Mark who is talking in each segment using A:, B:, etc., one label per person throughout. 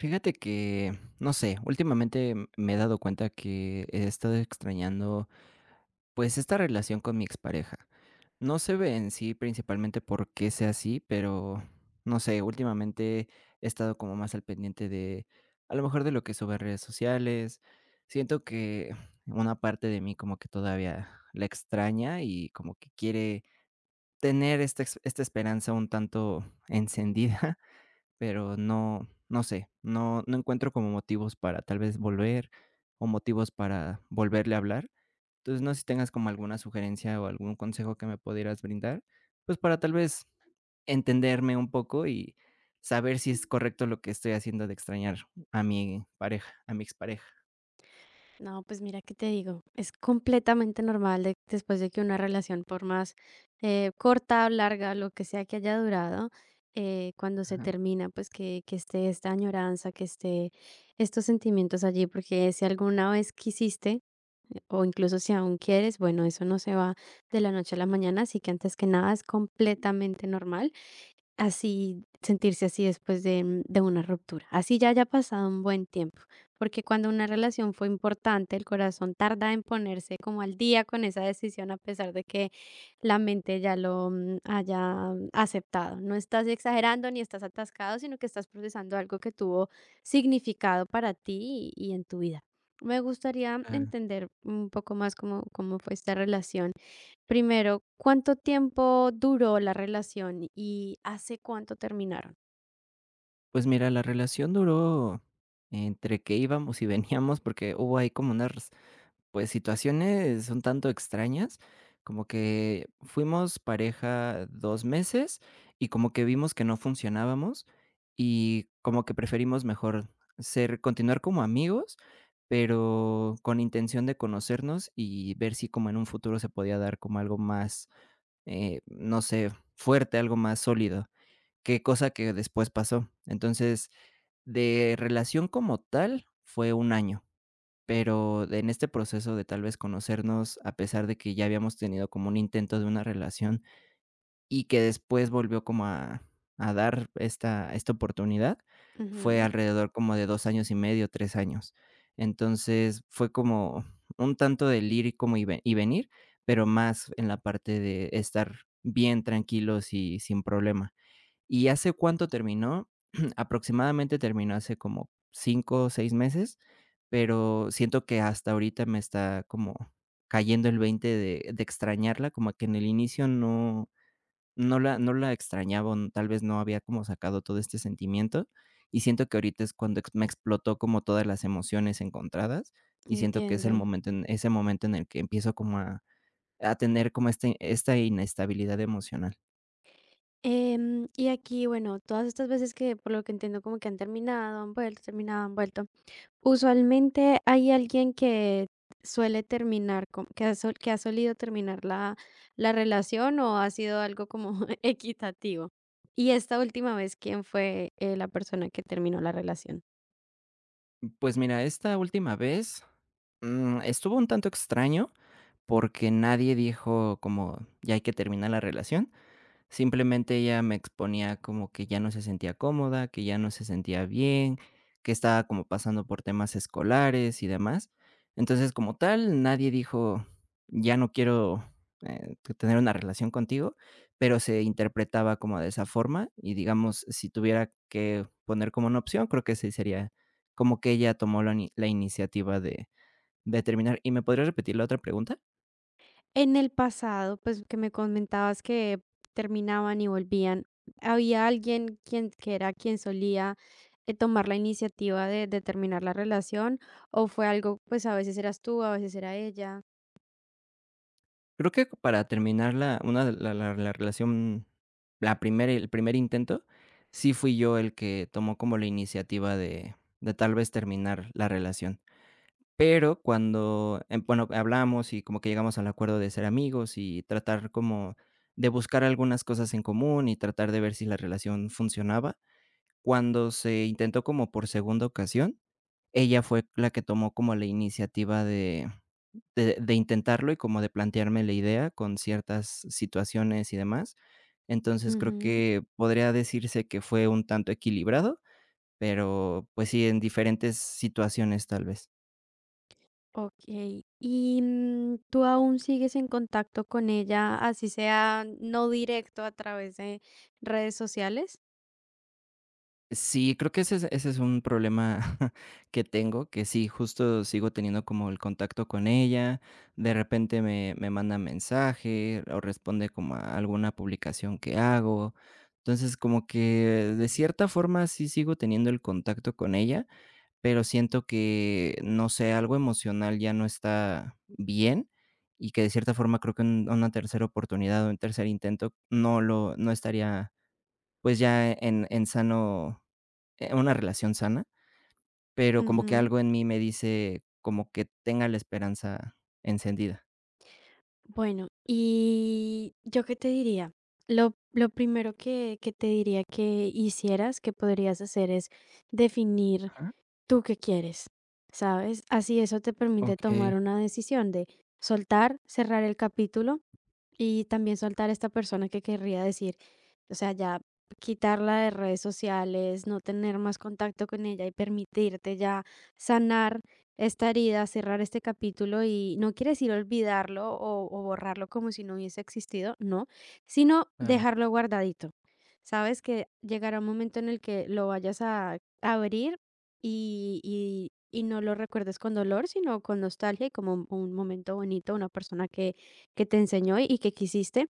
A: Fíjate que, no sé, últimamente me he dado cuenta que he estado extrañando, pues, esta relación con mi expareja. No se ve en sí principalmente por qué sea así, pero, no sé, últimamente he estado como más al pendiente de, a lo mejor de lo que sube a redes sociales. Siento que una parte de mí como que todavía la extraña y como que quiere tener esta, esta esperanza un tanto encendida, pero no, no sé, no encuentro como motivos para tal vez volver, o motivos para volverle a hablar. Entonces, no sé si tengas como alguna sugerencia o algún consejo que me pudieras brindar, pues, para tal vez entenderme un poco y saber si es correcto lo que estoy haciendo de extrañar a mi pareja, a mi expareja.
B: No, pues mira que te digo, es completamente normal después de que una relación, por más corta o larga, lo que sea que haya durado, cuando se
A: Ajá.
B: termina, pues que esté esta añoranza, que esté estos sentimientos allí, porque si alguna vez quisiste, o incluso si aún quieres, bueno, eso no se va de la noche a la mañana, así que antes que nada es completamente normal. Así, sentirse así después de, de una ruptura, así ya haya pasado un buen tiempo, porque cuando una relación fue importante, el corazón tarda en ponerse como al día con esa decisión, a pesar de que la mente ya lo haya aceptado. No estás exagerando ni estás atascado, sino que estás procesando algo que tuvo significado para ti y en tu vida. Me gustaría
A: Claro.
B: entender un poco más cómo fue esta relación. Primero, ¿cuánto tiempo duró la relación y hace cuánto terminaron?
A: Pues mira, la relación duró entre que íbamos y veníamos, porque hubo ahí como unas, pues, situaciones un tanto extrañas, como que fuimos pareja 2 meses y como que vimos que no funcionábamos, y como que preferimos mejor ser continuar como amigos, pero con intención de conocernos y ver si como en un futuro se podía dar como algo más, no sé, fuerte, algo más sólido, qué cosa que después pasó. Entonces, de relación como tal, fue 1 año. Pero en este proceso de tal vez conocernos, a pesar de que ya habíamos tenido como un intento de una relación y que después volvió como a dar esta oportunidad, fue
B: Ujú,
A: alrededor como de 2 años y medio, 3 años. Entonces, fue como un tanto del ir y como y ve y venir, pero más en la parte de estar bien tranquilos y sin problema. ¿Y hace cuánto terminó? Aproximadamente terminó hace como 5 o 6 meses, pero siento que hasta ahorita me está como cayendo el 20 de extrañarla, como que en el inicio no la extrañaba, o tal vez no había como sacado todo este sentimiento, y siento que ahorita es cuando ex me explotó como todas las emociones encontradas, y siento que es el
B: entiendo.
A: momento en ese momento en el que empiezo como a tener como esta inestabilidad emocional.
B: Y aquí, bueno, todas estas veces que, por lo que entiendo, como que han terminado, han vuelto, terminado, han vuelto. Usualmente hay alguien que suele terminar, que ha solido terminar la relación o ha sido algo como equitativo. Y esta última vez, ¿quién fue la persona que terminó la relación?
A: Pues mira, esta última vez, estuvo un tanto extraño porque nadie dijo como: "Ya hay que terminar la relación". Simplemente ella me exponía como que ya no se sentía cómoda, que ya no se sentía bien, que estaba como pasando por temas escolares y demás. Entonces, como tal, nadie dijo: "Ya no quiero, t tener una relación contigo", pero se interpretaba como de esa forma y, digamos, si tuviera que poner como una opción, creo que sí sería como que ella tomó la ni la iniciativa de terminar. ¿Y me podrías repetir la otra pregunta?
B: En el pasado, pues, que me comentabas que terminaban y volvían, ¿había alguien quien que era quien solía, tomar la iniciativa de terminar la relación, o fue algo, pues, a veces eras tú, a veces era ella?
A: Creo que para terminar la una de la la la relación, la primera el primer intento, sí fui yo el que tomó como la iniciativa de tal vez terminar la relación. Pero cuando, bueno, hablamos y como que llegamos al acuerdo de ser amigos y tratar como de buscar algunas cosas en común y tratar de ver si la relación funcionaba. Cuando se intentó como por segunda ocasión, ella fue la que tomó como la iniciativa de intentarlo y como de plantearme la idea con ciertas situaciones y demás. Entonces, creo
B: Ujú,
A: que podría decirse que fue un tanto equilibrado, pero, pues sí, en diferentes situaciones, tal vez.
B: okey. Y, mm, ¿tú aún sigues en contacto con ella, así sea no directo a través de redes sociales?
A: Sí, creo que ese es un problema que tengo, que sí, justo sigo teniendo como el contacto con ella, de repente me manda mensaje o responde como a alguna publicación que hago. Entonces, como que de cierta forma sí sigo teniendo el contacto con ella, pero siento que, no sé, algo emocional ya no está bien, y que de cierta forma creo que un una tercera oportunidad, o un tercer intento no estaría, pues, ya en sano en una relación sana, pero como que algo en mí me dice como que tenga la esperanza encendida.
B: Bueno, y yo qué te diría, lo primero que te diría que hicieras, que podrías hacer es definir
A: Ajá,
B: tú qué quieres, ¿sabes? Así eso te permite tomar
A: okey,
B: una decisión de soltar, cerrar el capítulo y también soltar a esta persona que querría decir, o sea, ya quitarla de redes sociales, no tener más contacto con ella y permitirte ya sanar esta herida, cerrar este capítulo y no quiere decir olvidarlo o borrarlo como si no hubiese existido, no, sino
A: claro,
B: dejarlo guardadito. Sabes que llegará un momento en el que lo vayas a abrir y, y, y no lo recuerdes con dolor, sino con nostalgia y como un momento bonito, una persona que te enseñó y que quisiste,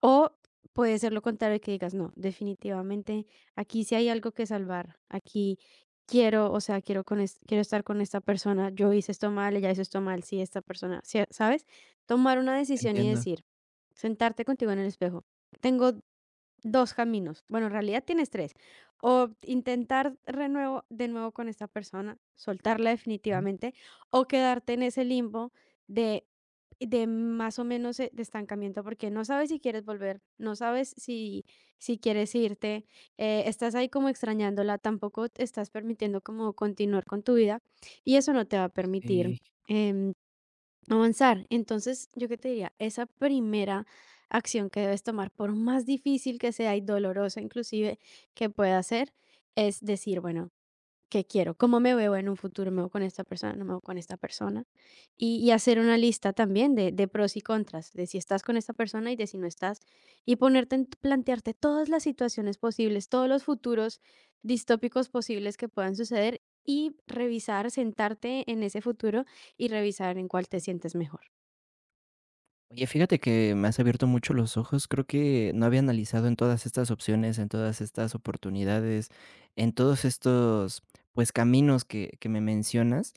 B: o puede ser lo contrario, que digas, no, definitivamente aquí sí hay algo que salvar, aquí quiero, o sea, quiero, quiero estar con esta persona, yo hice esto mal, ella hizo esto mal, sí, esta persona, sí, ¿sabes? Tomar una decisión y
A: entiendo.
B: decir, sentarte contigo en el espejo. Tengo 2 caminos. Bueno, en realidad tienes tres. O intentar renuevo de nuevo con esta persona, soltarla
A: Ujú,
B: definitivamente, o quedarte en ese limbo de de más o menos, de estancamiento, porque no sabes si quieres volver, no sabes si quieres irte, estás ahí como extrañándola, tampoco te estás permitiendo como continuar con tu vida, y eso no te va a permitir,
A: sí.
B: em avanzar. Entonces, yo qué te diría, esa primera acción que debes tomar, por más difícil que sea y dolorosa inclusive que pueda ser, es decir, bueno, qué quiero, cómo me veo en un futuro, me veo con esta persona, no me veo con esta persona. Y hacer una lista también de pros y contras, de si estás con esta persona y de si no estás. Y ponerte, plantearte todas las situaciones posibles, todos los futuros distópicos posibles que puedan suceder y revisar, sentarte en ese futuro y revisar en cuál te sientes mejor.
A: Oye, fíjate que me has abierto mucho los ojos. Creo que no había analizado en todas estas opciones, en todas estas oportunidades, en todos estos, pues, caminos que me mencionas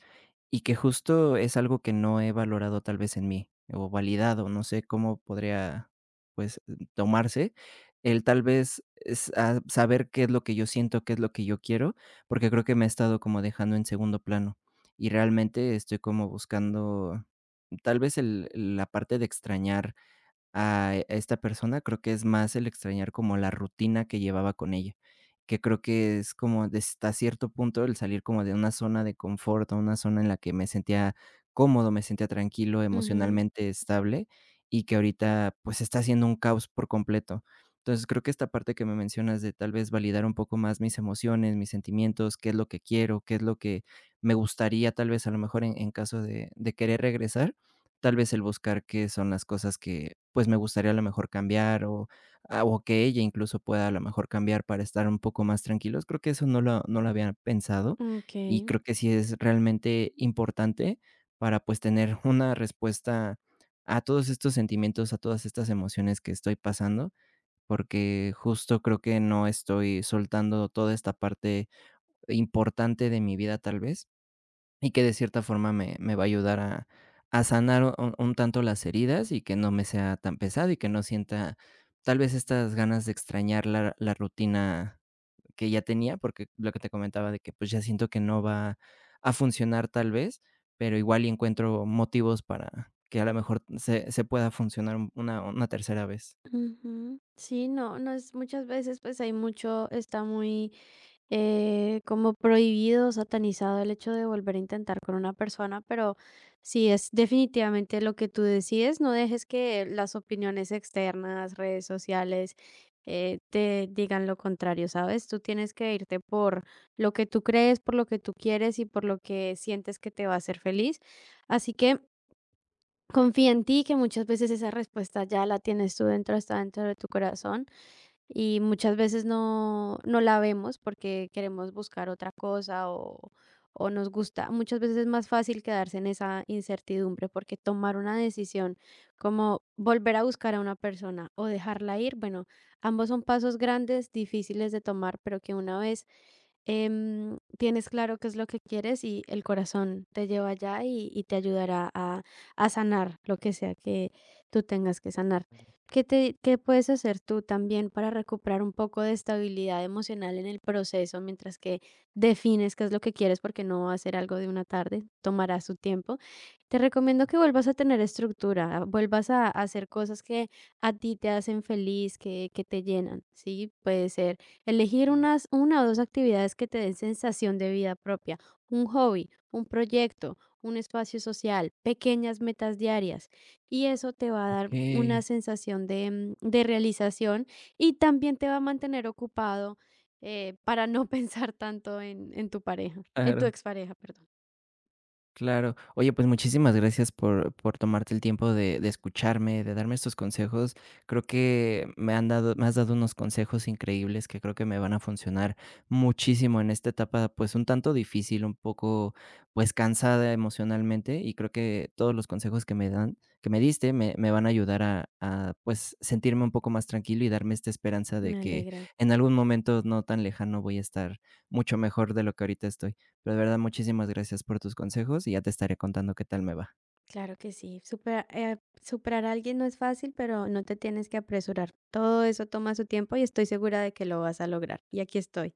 A: y que justo es algo que no he valorado tal vez en mí o validado. No sé cómo podría, pues, tomarse el tal vez es, ah, saber qué es lo que yo siento, qué es lo que yo quiero, porque creo que me he estado como dejando en segundo plano y realmente estoy como buscando. Tal vez el la parte de extrañar a esta persona, creo que es más el extrañar como la rutina que llevaba con ella, que creo que es como de hasta cierto punto el salir como de una zona de confort, a una zona en la que me sentía cómodo, me sentía tranquilo,
B: Ujú.
A: emocionalmente estable, y que ahorita, pues, está siendo un caos por completo. Entonces, creo que esta parte que me mencionas de tal vez validar un poco más mis emociones, mis sentimientos, qué es lo que quiero, qué es lo que me gustaría, tal vez, a lo mejor en caso de querer regresar, tal vez el buscar qué son las cosas que, pues, me gustaría a lo mejor cambiar o ah, o que ella incluso pueda a lo mejor cambiar para estar un poco más tranquilos. Creo que eso no lo había pensado
B: Ok.
A: y creo que sí es realmente importante para, pues, tener una respuesta a todos estos sentimientos, a todas estas emociones que estoy pasando, porque justo creo que no estoy soltando toda esta parte importante de mi vida, tal vez. Y que de cierta forma me va a ayudar a sanar un tanto las heridas y que no me sea tan pesado y que no sienta tal vez estas ganas de extrañar la rutina que ya tenía, porque lo que te comentaba de que, pues, ya siento que no va a funcionar tal vez, pero igual y encuentro motivos para que a lo mejor se pueda funcionar una tercera vez.
B: Ujú. Sí, no, no es muchas veces pues hay mucho, está muy como prohibido, satanizado el hecho de volver a intentar con una persona, pero si es definitivamente lo que tú decides, no dejes que las opiniones externas, redes sociales, te digan lo contrario, ¿sabes? Tú tienes que irte por lo que tú crees, por lo que tú quieres y por lo que sientes que te va a hacer feliz. Así que confía en ti, que muchas veces esa respuesta ya la tienes tú dentro, está dentro de tu corazón y muchas veces no la vemos porque queremos buscar otra cosa o nos gusta. Muchas veces es más fácil quedarse en esa incertidumbre porque tomar una decisión como volver a buscar a una persona o dejarla ir, bueno, ambos son pasos grandes, difíciles de tomar, pero que una vez tienes claro qué es lo que quieres y el corazón te lleva allá y te ayudará a sanar lo que sea que tú tengas que sanar. Qué puedes hacer tú también para recuperar un poco de estabilidad emocional en el proceso mientras que defines qué es lo que quieres? Porque no va a ser algo de una tarde, tomará su tiempo. Te recomiendo que vuelvas a tener estructura, vuelvas a hacer cosas que a ti te hacen feliz, que te llenan, ¿sí? Puede ser elegir
A: Mm,
B: una o dos actividades que te den sensación de vida propia, un hobby, un proyecto, un espacio social, pequeñas metas diarias y eso te va a dar una sensación de, de realización y también te va a mantener ocupado para no pensar tanto en tu pareja, en tu
A: claro.
B: expareja, perdón.
A: Claro. Oye, pues muchísimas gracias por tomarte el tiempo de escucharme, de darme estos consejos. Creo que me has dado unos consejos increíbles que creo que me van a funcionar muchísimo en esta etapa, pues un tanto difícil, un poco pues cansada emocionalmente. Y creo que todos los consejos que me diste, me van a ayudar a pues sentirme un poco más tranquilo y darme esta esperanza de
B: Me
A: que
B: alegra,
A: en algún momento no tan lejano voy a estar mucho mejor de lo que ahorita estoy. Pero de verdad, muchísimas gracias por tus consejos y ya te estaré contando qué tal me va.
B: claro que sí. Superar a alguien no es fácil, pero no te tienes que apresurar. Todo eso toma su tiempo y estoy segura de que lo vas a lograr. Y aquí estoy.